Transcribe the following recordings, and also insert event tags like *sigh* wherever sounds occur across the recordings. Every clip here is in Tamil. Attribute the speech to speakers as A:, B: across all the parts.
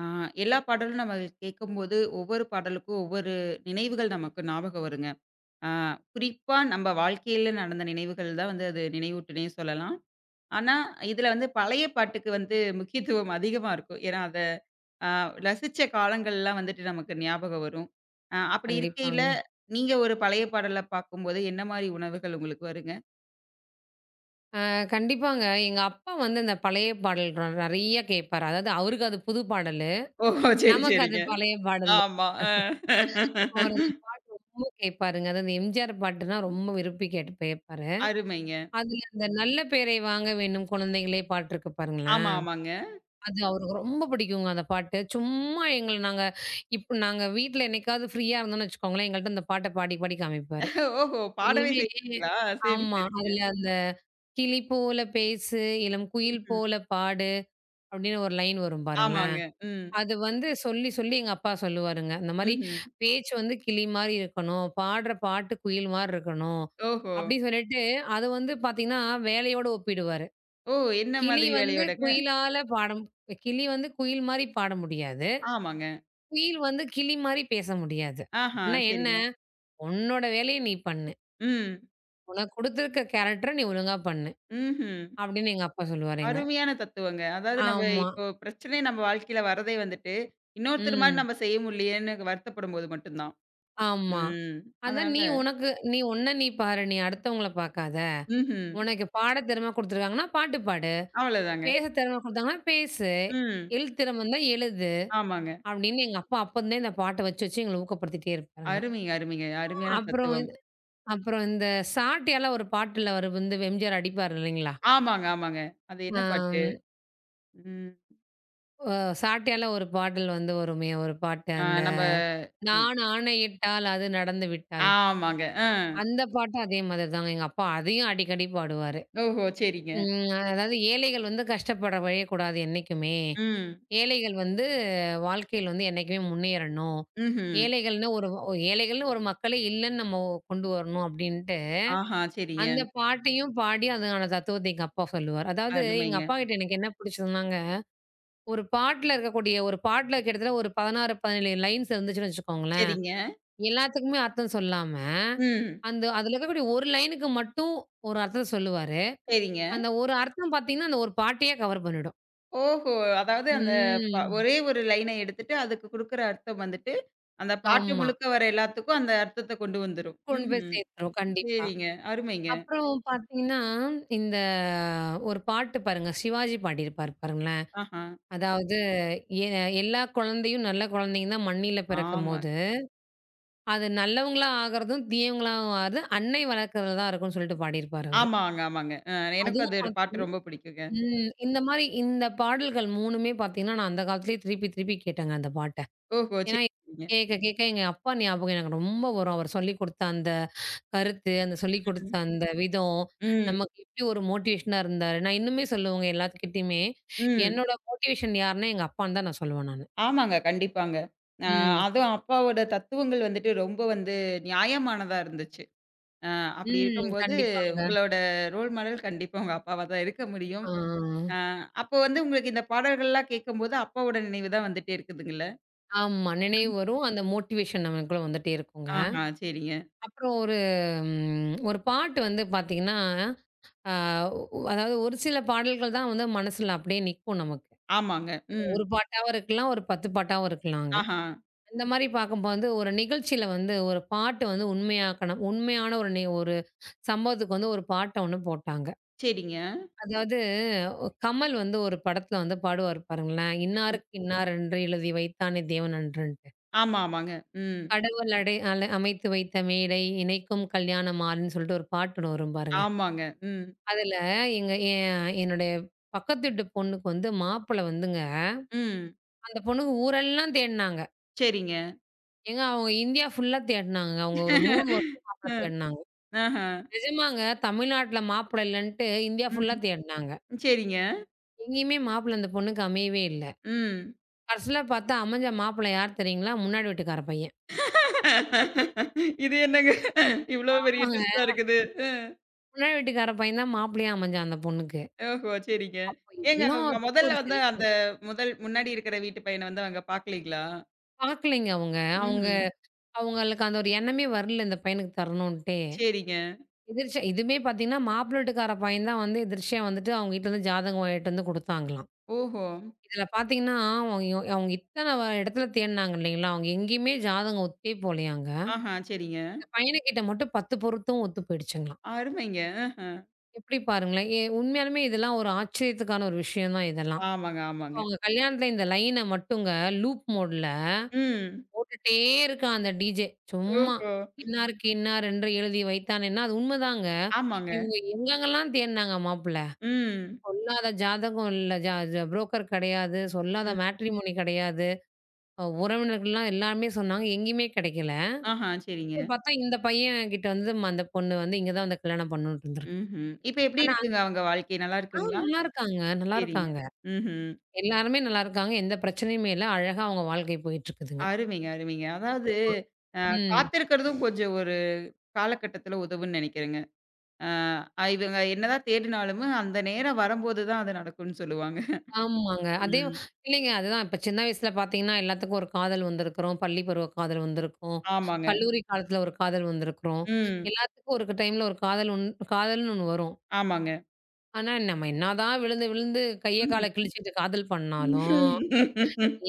A: ஆ, எல்லா பாடலும் நம்ம கேட்கும்போது, ஒவ்வொரு பாடலுக்கும் ஒவ்வொரு நினைவுகள் நமக்கு ஞாபகம் வருங்க. ஆ குறிப்பா நம்ம வாழ்க்கையில நடந்த நினைவுகள் தான் வந்து அது நினைவூட்டுனே சொல்லலாம். ஆனா, இதுல வந்து பழைய பாட்டுக்கு வந்து முக்கியத்துவம் அதிகமா இருக்கும். ஏன்னா, அத அ ரசிச்ச காலங்கள்லாம் வந்துட்டு நமக்கு ஞாபகம் வரும். அப்படி இருக்கையில,
B: கண்டிப்பாங்க.
A: நீங்க ஒரு பழைய பாடல பார்க்கும்போது என்ன மாரி உணர்வுகள் உங்களுக்கு வருங்க?
B: கண்டிப்பாங்க. எங்க அப்பா வந்து இந்த பழைய பாடல் நெறைய கேட்பாரு. அதாவது அவருக்கு அது புது பாடலு.
A: ஓஹோ! சரி,
B: நமக்கு அது
A: சரிங்க.
B: பழைய பாடலு.
A: ஆமா.
B: அவரு ரொம்ப கேட்பாருங்க. அது அந்த எம்ஜிஆர் பாட்டுனா ரொம்ப விரும்பி கேட்டு கேட்பாரு.
A: அருமைங்க.
B: அதுல அந்த "நல்ல பேரை வாங்க வேண்டும் குழந்தைகளே" பாட்டு இருக்கு
A: ஆமா,
B: பாருங்களேன்.
A: ஆமாங்க.
B: அது அவருக்கு ரொம்ப பிடிக்குங்க அந்த பாட்டு. சும்மா எங்கள நாங்க இப்ப நாங்க வீட்ல என்னைக்காவது ஃப்ரீயா இருந்தோம்னு வச்சுக்கோங்களேன், எங்கள்ட்ட இந்த பாட்ட பாடி பாடி காமிப்பாரு.
A: ஓஹோ! பாடவே
B: அதுலயுமே
A: செய்வாங்களா? சரி,
B: ஆமா.
A: சரிங்க.
B: அதுல அந்த "கிளி போல பேசு, இளம் குயில்
A: ம்ஹ்ம்.
B: போல பாடு" அப்படின்னு ஒரு லைன் வரும் பாருங்களேன்.
A: ஆமாங்க. ம்.
B: அது வந்து சொல்லி, சொல்லி எங்க அப்பா சொல்லுவாருங்க. இந்த மாரி
A: ம்ஹ்ம்.
B: பேச்சு வந்து கிளி மாரி இருக்கணும். பாடுற பாட்டு குயில் மாரி இருக்கணும்.
A: ஓஹோ!
B: அப்படி சொல்லிட்டு அது வந்து பார்த்தீங்கன்னா, வேலையோட ஒப்பிடுவாரு.
A: ஓ! என்ன
B: கிளி
A: மாதிரி
B: வந்து
A: வேலையோடங்க?
B: குயிலால பாடும் கிளி வந்து குயில் மாரி பாட முடியாது.
A: ஆமாங்க.
B: குயில் வந்து கிளி மாரி பேச முடியாது.
A: ஆஹா!
B: அப்படின்னா என்ன?
A: சரிங்க.
B: "உன்னோட வேலைய நீ பண்ணு.
A: ம்.
B: உனக்கு குடுத்திருக்க கேரக்டர நீ ஒழுங்கா பண்ணு."
A: ம்ஹ்ம்.
B: அப்படின்னு எங்க அப்பா சொல்லுவாருங்க.
A: அருமையான தத்துவங்க. அதாவது நம்ம
B: ஆமா.
A: இப்போ பிரச்சனை நம்ம வாழ்க்கையில வரதே வந்துட்டு, இன்னொருத்தர் மாரி
B: ம்.
A: நம்ம செய்ய முடியலையேன்னு வருத்தப்படும்போது மட்டும் தான்.
B: ஆமா.
A: ம்.
B: ஆனா
A: அதனால
B: நீ உனக்கு நீ உன்ன நீ பாரு. நீ அடுத்தவங்கள பார்க்காத.
A: ம்ஹ்ம்.
B: உனக்கு பாட திறமை குடுத்துருக்காங்கன்னா, பாட்டு பாடு.
A: அவ்வளோதாங்க.
B: பேச திறமை குடுத்தாங்கன்னா பேசு.
A: ம்.
B: எழுத திறமை இருந்தா எழுது.
A: ஆமாங்க.
B: அப்படின்னு எங்க அப்பா அப்பருந்தே இந்த பாட்ட வச்சு, வச்சு எங்கள ஊக்கப்படுத்திட்டே இருப்பாருங்க.
A: அருமைங்க, அருமைங்க. அருமையான
B: அப்புறம்
A: தத்துவம்.
B: இது அப்புறம் இந்த சாட்டையால ஒரு பாட்டுல அவரு வந்து எம்ஜிஆர் அடிப்பாரு இல்லைங்களா?
A: ஆமாங்க, ஆமாங்க. அது என்ன பாட்டு?
B: அம்
A: ம்.
B: அ சாட்டையால ஒரு பாடல் வந்து வருமே ஒரு பாட்டு.
A: ஆ நம்ம ம்.
B: நான் ஆணையிட்டால் அது நடந்து விட்டால்.
A: ஆமாங்க. அ.
B: அந்த பாட்டும் அதே மாதிரி தாங்க. எங்க அப்பா அதையும் அடிக்கடி பாடுவாரு.
A: ஓஹோ! சரிங்க.
B: ம். அதாவது ஏழைகள் வந்து கஷ்டப்பட விழையக்கூடாது என்னைக்குமே.
A: ம்.
B: ஏழைகள் வந்து வாழ்க்கையில வந்து என்னைக்குமே முன்னேறணும்.
A: ம்ஹ்ம்.
B: ஏழைகள்னு ஒரு ஏழைகள்னு ஒரு மக்களே இல்லன்னு நம்ம கொண்டு வரணும் அப்டின்ட்டு,
A: ஆஹா!
B: அந்த
A: சரிங்க.
B: பாட்டையும் பாடி அதுக்கான தத்துவத்த எங்க அப்பா சொல்லுவாரு. அதாவது எங்க
A: அருமைங்க.
B: அப்பாகிட்ட எனக்கு என்ன பிடிச்சதுனாங்க, ஒரு பாட்டுல இருக்கக்கூடிய ஒரு பாட்டுல கிட்டத்தட்ட ஒரு 16, 17 லைன்ஸ் இருந்துச்சுன்னு வச்சுக்கோங்களேன்.
A: சரிங்க.
B: எல்லாத்துக்குமே அர்த்தம் சொல்லாம,
A: ம்.
B: அந்த அதுல இருக்கக்கூடிய ஒரு லைனுக்கு மட்டும் ஒரு அர்த்தத்த சொல்லுவாரு.
A: சரிங்க.
B: அந்த ஒரு அர்த்தம் பார்த்தீங்கன்னா, அந்த ஒரு பாட்டையே கவர் பண்ணிடும்.
A: ஓஹோ! அதாவது அந்த
B: ம்.
A: ஒரே ஒரு லைன எடுத்துட்டு, அதுக்கு குடுக்குற அர்த்தம் வந்துட்டு, அந்த பாட்டு
B: ஆமா.
A: முழுக்க வர எல்லாத்துக்கும் அந்த அர்த்தத்த கொண்டு வந்துரும்.
B: கொண்டு போய்
A: ம்ஹ்ம்.
B: சேர்த்துரும். கண்டிப்பா.
A: சரிங்க. அருமைங்க.
B: அப்புறம் பார்த்தீங்கன்னா, இந்த ஒரு பாட்டு பாருங்க. சிவாஜி பாடியிருப்பார் பாருங்களேன்.
A: ஆஹா!
B: அதாவது எ எல்லா குழந்தையும் நல்ல குழந்தைங்க தான் மண்ணில
A: ஆமா.
B: பிறக்கும்போது, அது நல்லவங்களா ஆகுறதும், தீயவங்களாவும் ஆகுறது அன்னை வளர்க்கறதுல தான் இருக்கும்னு சொல்லிட்டு பாடியிருப்பாரு அவரு.
A: ஆமாங்க, ஆமாங்க. எனக்கும்
B: அதுவும்
A: அது
B: பாத்
A: பாட்டு ரொம்ப பிடிக்குங்க.
B: ம். இந்த மாரி இந்த பாடல்கள் 3மே பார்த்தீங்கன்னா, நான் அந்த காலத்திலேயே திருப்பி திருப்பி கேட்டேங்க அந்த பாட்ட.
A: ஓஹோ!
B: ஏன்னா,
A: சரிங்க.
B: கேட்க கேட்க எங்க அப்பா ஞாபகம் எனக்கு ரொம்ப வரும். அவர் சொல்லிக் குடுத்த அந்த கருத்து, அந்த சொல்லிக் குடுத்த
A: ம்.
B: அந்த விதம்,
A: ம்.
B: நமக்கு எப்படி ஒரு மோட்டிவேஷனா இருந்தாரு. நான் இன்னுமே சொல்லுவேங்க எல்லாத்துக்கிட்டயுமே,
A: ம்.
B: என்னோட மோட்டிவேஷன் யாருன்னா, எங்க அப்பான்னு தான் நான் சொல்லுவேன் நானு.
A: ஆமாங்க. கண்டிப்பாங்க. அ
B: ம்.
A: அதுவும் அப்பாவோட தத்துவங்கள் வந்துட்டு ரொம்ப வந்து நியாயமானதா இருந்துச்சு. அ அப்படி
B: ம்.
A: இருக்கும்போது,
B: கண்டிப்பாங்க.
A: உங்களோட ரோல் மாடல் கண்டிப்பா உங்க அப்பாவா தான் இருக்க முடியும்.
B: ஆ.
A: அ அப்போ வந்து உங்களுக்கு இந்த பாடல்கள்லாம் கேட்கும்போது, அப்பாவோட நினைவு தான் வந்துட்டே இருக்குதுங்கல்ல?
B: ஆமா. நினைவு வரும். அந்த மோட்டிவேஷன் நமக்குள்ள வந்துட்டே இருக்குங்க.
A: ஆஹா, சரிங்க.
B: அப்புறம் ஒரு ஒரு பாட்டு வந்து பார்த்தீங்கன்னா, அ அதாவது ஒரு சில பாடல்கள் தான் வந்து மனசுல அப்படியே நிக்கும் நமக்கு.
A: ஆமாங்க. ம்.
B: ஒரு பாட்டாவும் இருக்கலாம், ஒரு 10 பாட்டாவும் இருக்கலாங்க.
A: ஆஹா,
B: இந்த மாரி பார்க்கும்போது, வந்து ஒரு நிகழ்ச்சியில வந்து ஒரு பாட்டு வந்து உண்மையாக்கணும். உண்மையான ஒரு ஒரு சம்பவத்துக்கு வந்து ஒரு பாட்ட ஒண்ணு போட்டாங்க.
A: சரிங்க.
B: அதாவது கமல் வந்து ஒரு படத்துல வந்து பாடுவாரு பாருங்களேன். "இன்னாருக்கு இன்னார் என்று எழுதி வைத்தானே தேவன் அன்றன்ட்டு.
A: ஆமா, ஆமாங்க. ம்.
B: கடவுள் அடை அல அமைத்து வைத்த மேடை இணைக்கும் கல்யாண மாலைன்னு" சொல்லிட்டு ஒரு பாட்டு ஒண்ணு வரும் பாருங்க.
A: ஆமாங்க. ம்.
B: அதுல எங்க என் என்னுடைய பக்கத்து வீட்டு பொண்ணுக்கு வந்து மாப்பிளை வந்துங்க,
A: ம்.
B: அந்த பொண்ணுக்கு ஊரெல்லாம் தேடுனாங்க.
A: சரிங்க.
B: ஏங்க அவங்க இந்தியா ஃபுல்லா தேடுனாங்க. அவங்க ஒரு 3 வருஷம் மாப்பிளை
A: *laughs* அ.
B: தேடுனாங்க.
A: ஆஹா.
B: நிஜமாங்க. தமிழ்நாட்டுல மாப்பிள்ளை இல்லன்ட்டு இந்தியா ஃபுல்லா
A: ம்.
B: தேடுனாங்க.
A: சரிங்க.
B: எங்கேயுமே மாப்பிள்ளை அந்த பொண்ணுக்கு அமையவே இல்ல.
A: ம்.
B: கடைசில பார்த்தா அமைஞ்ச மாப்பிள்ளை யார் தெரியுங்களா? முன்னாடி வீட்டுக்கார பையன்.
A: இது என்னங்க இவ்ளோ பெரிய
B: ஆமாங்க.
A: ட்விஸ்ட்டா இருக்குது.
B: முன்னாடி வீட்டுக்கார பையன் தான் மாப்பிள்ளையா அமைஞ்சான் அந்த பொண்ணுக்கு.
A: ஓஹோ! சரிங்க.
B: அப்ப
A: ஏங்க
B: எல்லாத்துக்கும் ஒரு
A: முதல்ல வந்து
B: சிரிப்பு.
A: அந்த முதல் முன்னாடி இருக்கிற வீட்டு பையன வந்து அவங்க பாக்கலீங்களா?
B: பார்க்கலைங்க அவங்க. அவங்க
A: ம்ஹ்ம்.
B: அவங்களுக்கு அந்த ஒரு எண்ணமே வரல இந்த பையனுக்கு தரணுன்ட்டே.
A: சரிங்க.
B: எதிர்ச்ச இதுமே பார்த்தீங்கன்னா, மாப்பிள்ளை வீட்டுக்கார பையன் தான் வந்து எதிர்ச்சியா வந்துட்டு அவங்க வீட்லருந்து ஜாதகம் எடுத்துட்டு வந்து குடுத்தாங்களாம்.
A: ஓஹோ!
B: இதுல பார்த்தீங்கன்னா, அவங்க அவங்க இத்தன இடத்துல தேடுனாங்க இல்லைங்களா? அவங்க எங்கேயுமே ஜாதகம் ஒத்தே போலயாங்க.
A: ஆஹா, சரிங்க.
B: இந்த பையனுக்கிட்ட மட்டும் 10 பொருத்தம் ஒத்து போயிடுச்சுங்களாம்.
A: அருமைங்க. ஆஹ.
B: எப்படி பாருங்களேன்! உண்மையாலுமே இதெல்லாம் ஒரு ஆச்சரியத்துக்கான ஒரு விஷயம் தான் இதெல்லாம்.
A: ஆமாங்க,
B: அப்ப
A: ஆமாங்க.
B: அவங்க கல்யாணத்துல இந்த லைன மட்டுங்க லூப் மோடுல
A: ம்.
B: போட்டுட்டே இருக்கான் அந்த டிஜே. சும்மா
A: ஓஹோ!
B: "இன்னாருக்கு இன்னார் என்று எழுதி வைத்தானேன்னா" அது உண்மதாங்க.
A: ஆமாங்க.
B: இவங்க எங்கெங்கலாம் தேடுனாங்க மாப்பிள.
A: ம்.
B: சொல்லாத ஜாதகம் இல்ல. ஜா ஜ புரோக்கர் கிடையாது. சொல்லாத
A: ம்.
B: மேட்ரிமோனி கிடையாது. உறவினர்கள்லாம் எல்லாருமே சொன்னாங்க. எங்கேயுமே கிடைக்கல.
A: ஆஹா, சரிங்க.
B: அப்புறம் பார்த்தா இந்த பையன் கிட்ட வந்து அந்த பொண்ணு வந்து இங்க தான் வந்து கல்யாணம் பண்ணணுன்ட்டு இருந்திருக்கு.
A: ம்ஹ்ம். இப்ப எப்படி
B: ஆனா
A: இருக்குங்க அவங்க வாழ்க்கை? நல்லா
B: ஆ
A: இருக்குங்களா?
B: நல்லா இருக்காங்க, நல்லா
A: சரிங்க.
B: இருக்காங்க.
A: ம்ஹ்ம்.
B: எல்லாருமே நல்லா இருக்காங்க. எந்த பிரச்சனையுமே இல்ல. அழகா அவங்க வாழ்க்கை போயிட்டுருக்குதுங்க.
A: அருமைங்க, அருமைங்க. அதாவது அ
B: ம்.
A: காத்திருக்கிறதும் கொஞ்சம் ஒரு காலகட்டத்தில உதவும்ன்னு நெனைக்கிறேங்க. அ அ இவங்க என்னதான் தேடினாலும் அந்த நேரம் வரும்போது தான் அது நடக்கும்ன்னு சொல்லுவாங்க.
B: ஆமாங்க. அதே
A: ம்.
B: இல்லைங்க. அதுதான் இப்ப சின்ன வயசுல பார்த்தீங்கன்னா, எல்லாத்துக்கும் ஒரு காதல் வந்திருக்கிறோம். பள்ளி பருவ காதல் வந்திருக்கும்.
A: ஆமாங்க.
B: கல்லூரி காலத்துல ஒரு காதல் வந்திருக்கிறோம்.
A: ம்.
B: எல்லாத்துக்கும் ஒரு டைம்ல ஒரு காதல் காதல்ன்னு ஒண்ணு வரும்.
A: ஆமாங்க.
B: ஆனா, நம்ம என்னதான் விழுந்து விழுந்து கைய கால
A: ம்.
B: கிழிச்சுட்டு காதல் பண்ணாலும்,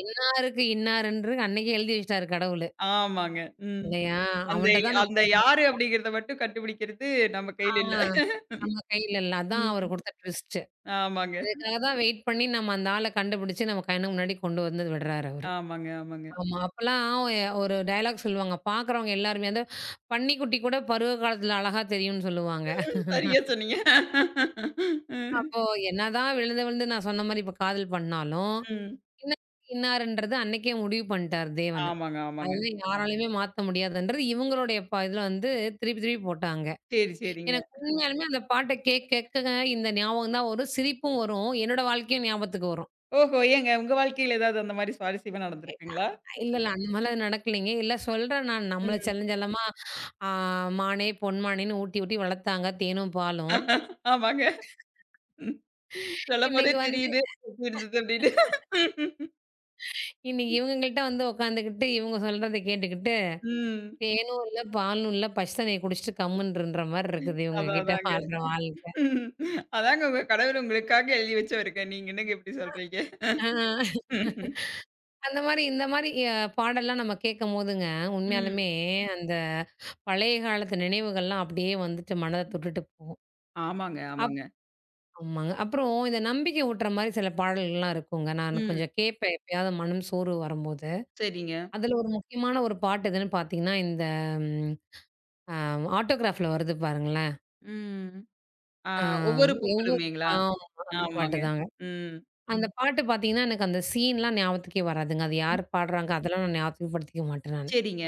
B: இன்னாருக்கு இன்னாருன்று அன்னைக்கே எழுதி வச்சுட்டாரு கடவுளு.
A: ஆமாங்க. ம்.
B: இல்லையா?
A: அந்த
B: அவன்ட்ட தான்
A: அந்த
B: நம்ம.
A: யாரு அப்படிங்கிறத மட்டும் கண்டுபிடிக்கிறது நம்ம
B: ஆ,
A: கையில இல்ல.
B: நம்ம கையில இல்ல. அதான் அவரு
A: ம்.
B: குடுத்த ட்விஸ்ட்.
A: ஆமாங்க,
B: இதுக்காக தான் வெயிட் பண்ணி நம்ம அந்த ஆள கண்டுபிடிச்சு நம்ம கண்ணு முன்னாடி கொண்டு வந்து விடுறாரு அவரு.
A: ஆமாங்க, ஆமாங்க.
B: ஆமா. அப்பலாம் ஒரு டயலாக் சொல்லுவாங்க. பார்க்குறவங்க எல்லாருமே அந்த பன்னிக்குட்டி கூட பருவ காலத்துல அழகா தெரியும்னு சொல்லுவாங்க.
A: ம். சரியா சொன்னீங்க. ம்.
B: அப்போ என்னதான் விழுந்து விழுந்து நான் சொன்ன மாரி இப்ப காதல் பண்ணாலும்,
A: ம்.
B: இன்னாருக்கு இன்னாருன்றது அன்னைக்கே முடிவு பண்ணிட்டாரு தேவன்.
A: ஆமாங்க, ஆமாங்க.
B: அதெல்லாம் யாராலயுமே மாத்த முடியாதுன்றது இவங்களுடைய இதுல வந்து திருப்பி திருப்பி போட்டாங்க.
A: சரி, சரிங்க.
B: எனக்கு உண்மையாலுமே அந்த பாட்ட கேட்க கேட்க இந்த ஞாபகம் தான் வரும். சிரிப்பும் வரும். என்னோட வாழ்க்கையும் ஞாபகத்துக்கு வரும்.
A: ஓஹோ! ஏங்க உங்க வாழ்க்கையில ஏதாவது அந்த மாரி சுவாரஸ்யமா நடந்திருக்குங்களா?
B: இல்ல, இல்ல. அந்த மாரிலாம் எதுவும் நடக்கலைங்க. இல்ல சொல்றேன் நான். நம்மள
A: ம்.
B: செல்லஞ்செல்லமா ஆ மானே, பொன்மானேன்னு ஊட்டி, ஊட்டி வளர்த்தாங்க தேனும், பாலும்.
A: ஆமாங்க. ம். சொல்லும்போதே
B: இன்னைக்கு வந்து
A: தெரியுது எப்படி இருந்தது அப்படின்னு.
B: இன்னைக்கு இவங்ககிட்ட வந்து உட்காந்துக்கிட்டு, இவங்க சொல்றத கேட்டுக்கிட்டு,
A: ம்.
B: தேனும் இல்ல, பாலும் இல்ல, பச்ச தண்ணிய குடிச்சிட்டு கம்முன்ருன்ற மாரி இருக்குது இவங்க
A: அதான்
B: கிட்ட
A: அதாங்க.
B: வாழ்ற வாழ்க்கை.
A: ம். அதாங்க உங்க கணவர் உங்களுக்காக எழுதி வச்சவருங்க. நீங்க என்னங்க இப்படி சொல்றீங்க?
B: ஆ அந்த மாரி இந்த மாரி பாடல்லாம் நம்ம கேட்கும்போதுங்க,
A: ம்.
B: உண்மையாலுமே அந்த பழைய காலத்து நினைவுகள்லாம் அப்படியே வந்துட்டு மனத தொட்டுட்டு போகும்.
A: ஆமாங்க, ஆமாங்க.
B: ஆமாங்க. அப்புறம் இந்த நம்பிக்கை ஊட்டுற மாரி சில பாடல்கள்லாம் இருக்குங்க. நான்
A: ம்.
B: கொஞ்சம் கேட்பேன் எப்பயாவது மனம் சோர்வு வரும்போது.
A: சரிங்க.
B: அதுல ஒரு முக்கியமான ஒரு பாட்டு எதுன்னு பார்த்தீங்கன்னா, இந்த ம் அ ஆட்டோகிராஃப்ல வருது பாருங்களேன்.
A: ம். ஆ
B: அ
A: ஒவ்வொரு
B: ஒவ்வொரு
A: பூக்களுமேங்களா?
B: ஆமா. அந்த பாட்டு
A: ஆமாங்க.
B: தாங்க.
A: ம்.
B: அந்த பாட்டு பார்த்தீங்கன்னா, எனக்கு அந்த சீன்லாம் ஞாபகத்துக்கே வராதுங்க. அது யார்
A: ம்.
B: பாடுறாங்க அதெல்லாம் நான் ஞாபகப்படுத்திக்க மாட்டேன் நானு.
A: சரிங்க.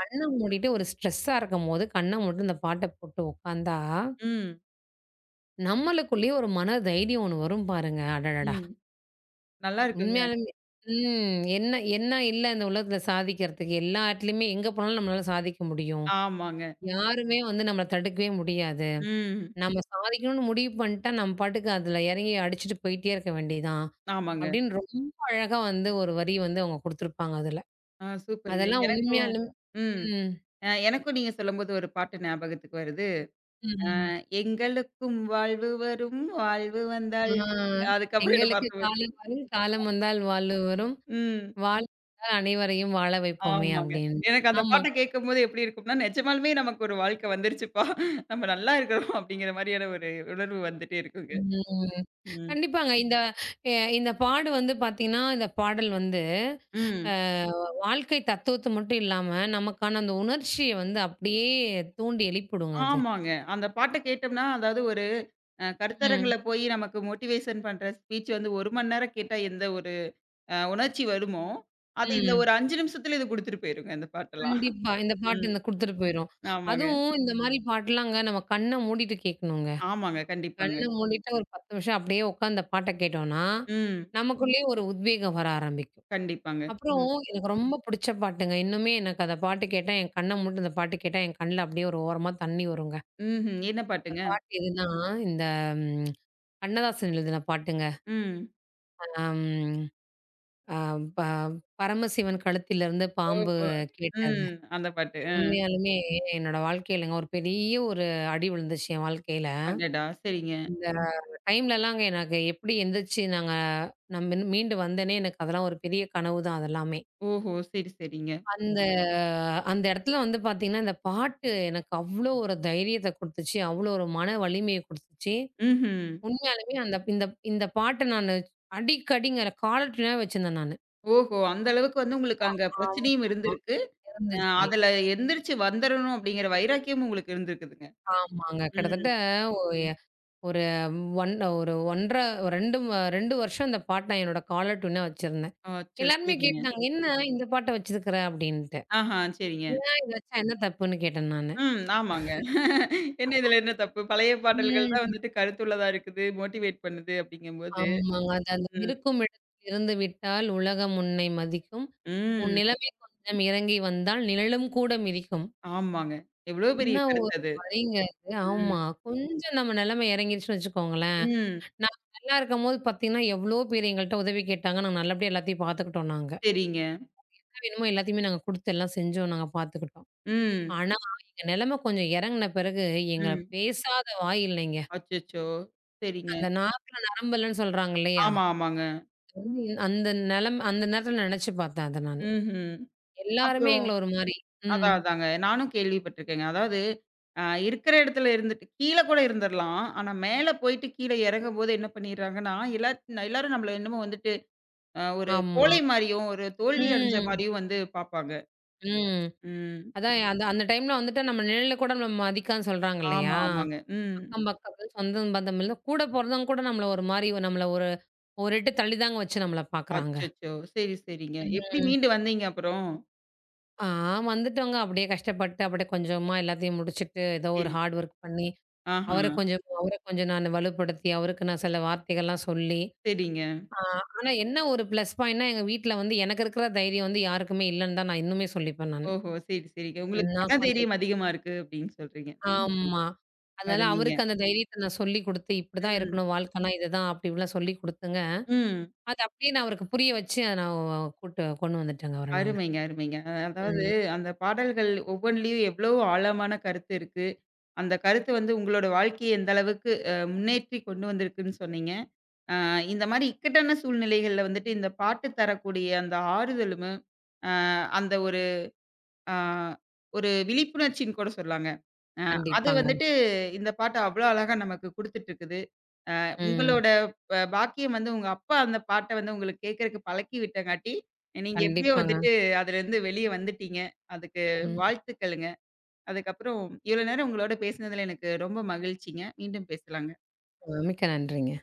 B: கண்ண மூடிட்டு ஒரு ஸ்ட்ரெஸ்ஸா இருக்கும்போது கண்ண மூடிட்டு இந்த பாட்ட போட்டு உட்கார்ந்தா,
A: ம்.
B: நம்மளுக்குள்ளேயே ஒரு மன தைரியம் ஒண்ணு வரும் பாருங்க. அடடடா!
A: ம். நல்லா இருக்குங்க.
B: உண்மையாலுமே. ம். என்ன என்ன இல்ல இந்த உலகத்துல சாதிக்கிறதுக்கு? எல்லா இடத்துலயுமே எங்க போனாலும் நம்மளால சாதிக்க முடியும்.
A: ஆமாங்க.
B: யாருமே வந்து நம்மள தடுக்கவே முடியாது.
A: ம்.
B: நம்ம சாதிக்கணும்னு முடிவு பண்ணிட்டா, நம்ம பாட்டுக்கு அதுல இறங்கி அடிச்சுட்டு போயிட்டே இருக்க வேண்டியதுதான்.
A: ஆமாங்க.
B: அப்படின்னு ரொம்ப அழகா வந்து ஒரு வரி வந்து அவங்க குடுத்துருப்பாங்க அதுல.
A: ஆ சூப்பருங்க.
B: அதெல்லாம் கண்டிப்பா.
A: எனக்கும்
B: உண்மையாலும்.
A: ம்.
B: ம்.
A: எனக்கும் நீங்க சொல்லும்போது ஒரு பாட்டு ஞாபகத்துக்கு வருது. அ
B: ம்.
A: எங்களுக்கும் வாழ்வு வரும், வாழ்வு
B: ஆ.
A: வந்தால் அதுக்கப்புறம் என்ன
B: எங்களுக்கு
A: மறந்து போச்சு.
B: காலம் வரும், காலம் வந்தால் வாழ்வு வரும்.
A: ம்.
B: வாழ்வு வந்தால் அனைவரையும் வாழ வைப்போமே
A: ஆமாங்க.
B: அப்படின்னு.
A: எனக்கு அந்த பாட்ட
B: ஆமாங்க.
A: கேட்கும்போது எப்படி இருக்கும்னா, நிஜமாலுமே நமக்கு ஒரு வாழ்க்கை வந்துருச்சுப்பா. நம்ம நல்லா இருக்கிறோம் அப்படிங்கிற மாரியான ஒரு உணர்வு வந்துட்டே இருக்குங்க.
B: ம்.
A: ம்.
B: கண்டிப்பாங்க. இந்த எ இந்த பாடு வந்து பார்த்தீங்கன்னா, இந்த பாடல் வந்து
A: ம்.
B: அ வாழ்க்கை தத்துவத்த மட்டும் இல்லாம, நமக்கான அந்த உணர்ச்சிய வந்து அப்படியே தூண்டி எழுப்பிடுங்க அது.
A: ஆமாங்க. அந்த பாட்ட கேட்டோம்னா, அதாவது ஒரு
B: ம்.
A: கருத்தரங்குல போய் நமக்கு மோட்டிவேஷன் பண்ற ஸ்பீச் வந்து 1 மணி நேரம் கேட்டா எந்த உணர்ச்சி வருமோ, அது இந்த
B: ம்.
A: ஒரு 5 நிமிஷத்துல இது குடுத்துட்டு போயிருங்க இந்த பாட்டெல்லாம்.
B: கண்டிப்பா. இந்த பாட்டு
A: ம்.
B: இந்த குடுத்துட்டு போயிரும்.
A: ஆமாங்க.
B: அதுவும் இந்த மாரி பாட்டுலாங்க நம்ம கண்ண மூடிட்டு கேட்கணுங்க.
A: ஆமாங்க. கண்டிப்பாங்க.
B: கண்ண மூடிட்டு ஒரு 10 நிமிஷம் அப்படியே உட்காந்து இந்த பாட்ட கேட்டோம்னா,
A: ம்.
B: நமக்குள்ளேயே ஒரு உத்வேகம் வர ஆரம்பிக்கும்.
A: கண்டிப்பாங்க.
B: அப்புறம்
A: ம்.
B: எனக்கு ரொம்ப புடிச்ச பாட்டுங்க. இன்னுமே எனக்கு அந்த பாட்டு கேட்டா, என் கண்ண மூடி அந்த பாட்டு கேட்டா, என் கண்ல அப்படியே ஒரு ஓரமா தண்ணி வருங்க.
A: ம்ஹ்ம். என்ன
B: அந்த
A: பாட்டுங்க?
B: பாட்டு எதுன்னா, இந்த ம் கண்ணதாசன் எழுதின பாட்டுங்க.
A: ம்.
B: அம் அ ப பரமசிவன் கழுத்திலிருந்து பாம்பு
A: ஓஹோ!
B: கேட்டது.
A: ம். அந்த பாட்டு. அ.
B: உண்மையாலுமே என்னோட வாழ்க்கையிலங்க ஒரு பெரிய ஒரு அடி விழுந்துச்சு என் வாழ்க்கையில.
A: அடடா! சரிங்க.
B: இந்த டைம்லலாங்க எனக்கு எப்படி எந்திரிச்சு நான் மீண்டு வந்தேனே, எனக்கு அதெல்லாம் ஒரு பெரிய கனவு தான் அதெல்லாமே.
A: ஓஹோ! சரி, சரிங்க.
B: அந்த அந்த இடத்துல வந்து பார்த்தீங்கன்னா, இந்த பாட்டு எனக்கு அவ்ளோ ஒரு தைரியத்த குடுத்துச்சு. அவ்ளோ ஒரு மன வலிமைய குடுத்துச்சு.
A: ம்ஹ்ம்.
B: உண்மையாலுமே அந்த இந்த இந்த பாட்ட நானு அடிக்கடிங்க காலர்டியூனா வச்சிருந்தேன் நானு.
A: ஓஹோ! அந்த அளவுக்கு வந்து உங்களுக்கு அங்க பிரச்சனையும்
B: ஆமா.
A: இருந்திருக்கு. அ
B: இருந்துச்சு.
A: அதுல எந்திரிச்சு வந்துரணும் அப்படிங்கிற வைராக்கியமும் உங்களுக்கு இருந்திருக்குதுங்க.
B: ஆமாங்க. கிட்டத்தட்ட
A: ம்.
B: ஒ எ ஒரு 1 ஒரு 1 1/2 2 2 வருஷம் இந்த பாட்ட நான் என்னோட காலர் டியூனா வச்சிருந்தேன்.
A: அச்சோ!
B: எல்லாருமே
A: சரிங்க.
B: கேட்டாங்க, "என்ன இந்த பாட்ட வச்சிருக்கிற?" அப்படின்ட்டு.
A: ஆஹா! சரிங்க.
B: "ஏன் இத வச்சா என்ன தப்புன்னு?" கேட்டேன் நானு.
A: ம். ஆமாங்க. என்ன இதுல என்ன தப்பு? பழைய பாடல்கள் தான்
B: ம்.
A: வந்துட்டு கருத்துள்ளதா இருக்குது. மோட்டிவேட் பண்ணுது அப்படிங்கும்போது,
B: ஆமாங்க. அது அந்த
A: ம்.
B: இருக்கும் இடத்தில் இருந்து விட்டால் உலகம் உன்னை மதிக்கும். உன்
A: ம்.
B: நிலைமை கொஞ்சம் இறங்கி வந்தால் நிழலும் கூட மிதிக்கும்.
A: ஆமாங்க. எவ்வளோ
B: என்ன
A: பெரிய கருத்து
B: ஒரு
A: அது.
B: வரிங்க அது.
A: ம்.
B: ஆமா. கொஞ்சம் நம்ம நிலைமை இறங்கிருச்சுன்னு வச்சுக்கோங்களேன்.
A: ம்.
B: நாங்க நல்லா இருக்கும்போது பார்த்தீங்கன்னா, எவ்ளோ பேர் எங்கள்ட்ட உதவி கேட்டாங்க. நாங்க நல்லபடியா எல்லாத்தையும் பார்த்துக்கிட்டோம் நாங்க.
A: சரிங்க.
B: என்ன வேணுமோ எல்லாத்தையுமே நாங்க குடுத்து எல்லாம் செஞ்சோம். நாங்க பார்த்துக்கிட்டோம்.
A: ம்.
B: ஆனா, எங்க நிலைமை கொஞ்சம் இறங்குன பிறகு எங்கள
A: ம்.
B: பேசாத வாய் இல்லைங்க.
A: அச்சச்சோ! சரிங்க.
B: அந்த நாக்குல நரம்பு இல்லன்னு சொல்றாங்க இல்லையா?
A: ஆமா, ஆமாங்க.
B: அது வந்து அந்த நிலைமை அந்த நேரத்தில நினைச்சு பார்த்தேன் அத நானு.
A: ம்ஹ்ம்.
B: எல்லாருமே
A: அப்புறம்
B: எங்கள ஒரு மாரி. ம்.
A: அதான் அதாங்க. நானும் கேள்விப்பட்டுருக்கேங்க. அதாவது இருக்கிற இடத்துல இருந்துட்டு கீழ கூட இருந்துரலாம். ஆனா மேல போயிட்டு கீழ இறங்கும்போது என்ன பண்ணிடுறாங்கன்னா, எல்லாரும் நம்மள என்னமோ வந்துட்டு ஒரு
B: ஆமா.
A: கோழை மாரியும், ஒரு தோல்வி அடைஞ்ச
B: ம்.
A: மாரியும் வந்து பார்ப்பாங்க.
B: ம்.
A: ம்.
B: அதான் அந்த அந்த டைம்ல வந்துட்டு நம்ம நிழல கூட நம்ம மதிக்காதுன்னு சொல்றாங்க
A: ஆமா,
B: இல்லையா?
A: ஆமாங்க. ம்.
B: அக்கம் பக்கம், சொந்தம் பந்தம் இல்ல. கூட பொறந்தவங்க கூட நம்மள ஒரு மாரி நம்மள ஒரு ஒரு எட்டு தள்ளி தாங்க வச்சு நம்மள பாக்குறாங்க.
A: அச்சச்சோ! சரி, சரிங்க. எப்படி
B: ம்.
A: மீண்டு வந்தீங்க அப்புறம்?
B: ஆ வந்துட்டோங்க அப்படியே கஷ்டப்பட்டு, அப்படியே கொஞ்சமா எல்லாத்தையும் முடிச்சுட்டு, ஏதோ
A: சரி.
B: ஒரு ஹார்ட் ஒர்க் பண்ணி,
A: ஆஹா.
B: அவர கொஞ்சம் நான் வலுப்படுத்தி, அவருக்கு நான் சில வார்த்தைகள்லாம் சொல்லி,
A: சரிங்க.
B: ஆ ஆனா என்ன ஒரு ப்ளஸ் பாயிண்ட்னா, எங்க வீட்ல வந்து எனக்கு இருக்கிற தைரியம் வந்து யாருக்குமே இல்லன்னு தான் நான் இன்னுமே சொல்லிப்பேன் நானு.
A: ஓஹோ! சரி, சரிங்க. உங்களுக்கு
B: நான் கொஞ்சம்
A: மனதைரியம் அதிகமா இருக்கு அப்படின்னு சொல்றீங்க. ம்.
B: ஆமா. அதனால
A: அருமைங்க.
B: அவருக்கு அந்த தைரியத்த நான் சொல்லிக் குடுத்து, இப்படிதான்
A: ம்.
B: இருக்கணும் வாழ்க்கைன்னா இதுதான், அப்படி இப்படிலாம் சொல்லிக் குடுத்துங்க.
A: ம்.
B: அது அப்படியே நான் அவருக்கு புரிய வச்சு, அத நான் கூட்டு கொண்டு வந்துட்டேங்க அவர நானு.
A: அருமைங்க, அருமைங்க. அதாவது
B: ம்.
A: அந்த பாடல்கள் ஒவ்வொன்லயும் எவ்வளோ ஆழமான கருத்து இருக்கு. அந்த கருத்து வந்து உங்களோட வாழ்க்கைய எந்த அளவுக்கு முன்னேற்றி கொண்டு வந்திருக்குன்னு சொன்னீங்க. அ இந்த மாரி இக்கட்டான சூழ்நிலைகள்ல வந்துட்டு இந்த பாட்டு தரக்கூடிய அந்த ஆறுதலும், அ அந்த ஒரு ஆ ஒரு விழிப்புணர்ச்சின்னு கூட சொல்லாங்க. அ அது
B: கண்டிப்பாங்க.
A: வந்துட்டு இந்த பாட்டு அவ்ளோ அழகா நமக்கு குடுத்துட்டுருக்குது.
B: ம்.
A: உங்களோட பாக்கியம் வந்து உங்க அப்பா அந்த பாட்ட வந்து உங்களுக்கு கேட்கறக்கு பழக்கி விட்டங்காட்டி, நீங்க எப்படியோ
B: கண்டிப்பாங்க.
A: வந்துட்டு அதுலருந்து வெளிய வந்துட்டீங்க. அதுக்கு
B: ம்.
A: வாழ்த்துக்களுங்க. அதுக்கப்புறம் இவ்வளோ நேரம் உங்களோட பேசினதுல எனக்கு ரொம்ப மகிழ்ச்சிங்க. மீண்டும் பேசலாங்க.
B: மிக்க நன்றிங்க.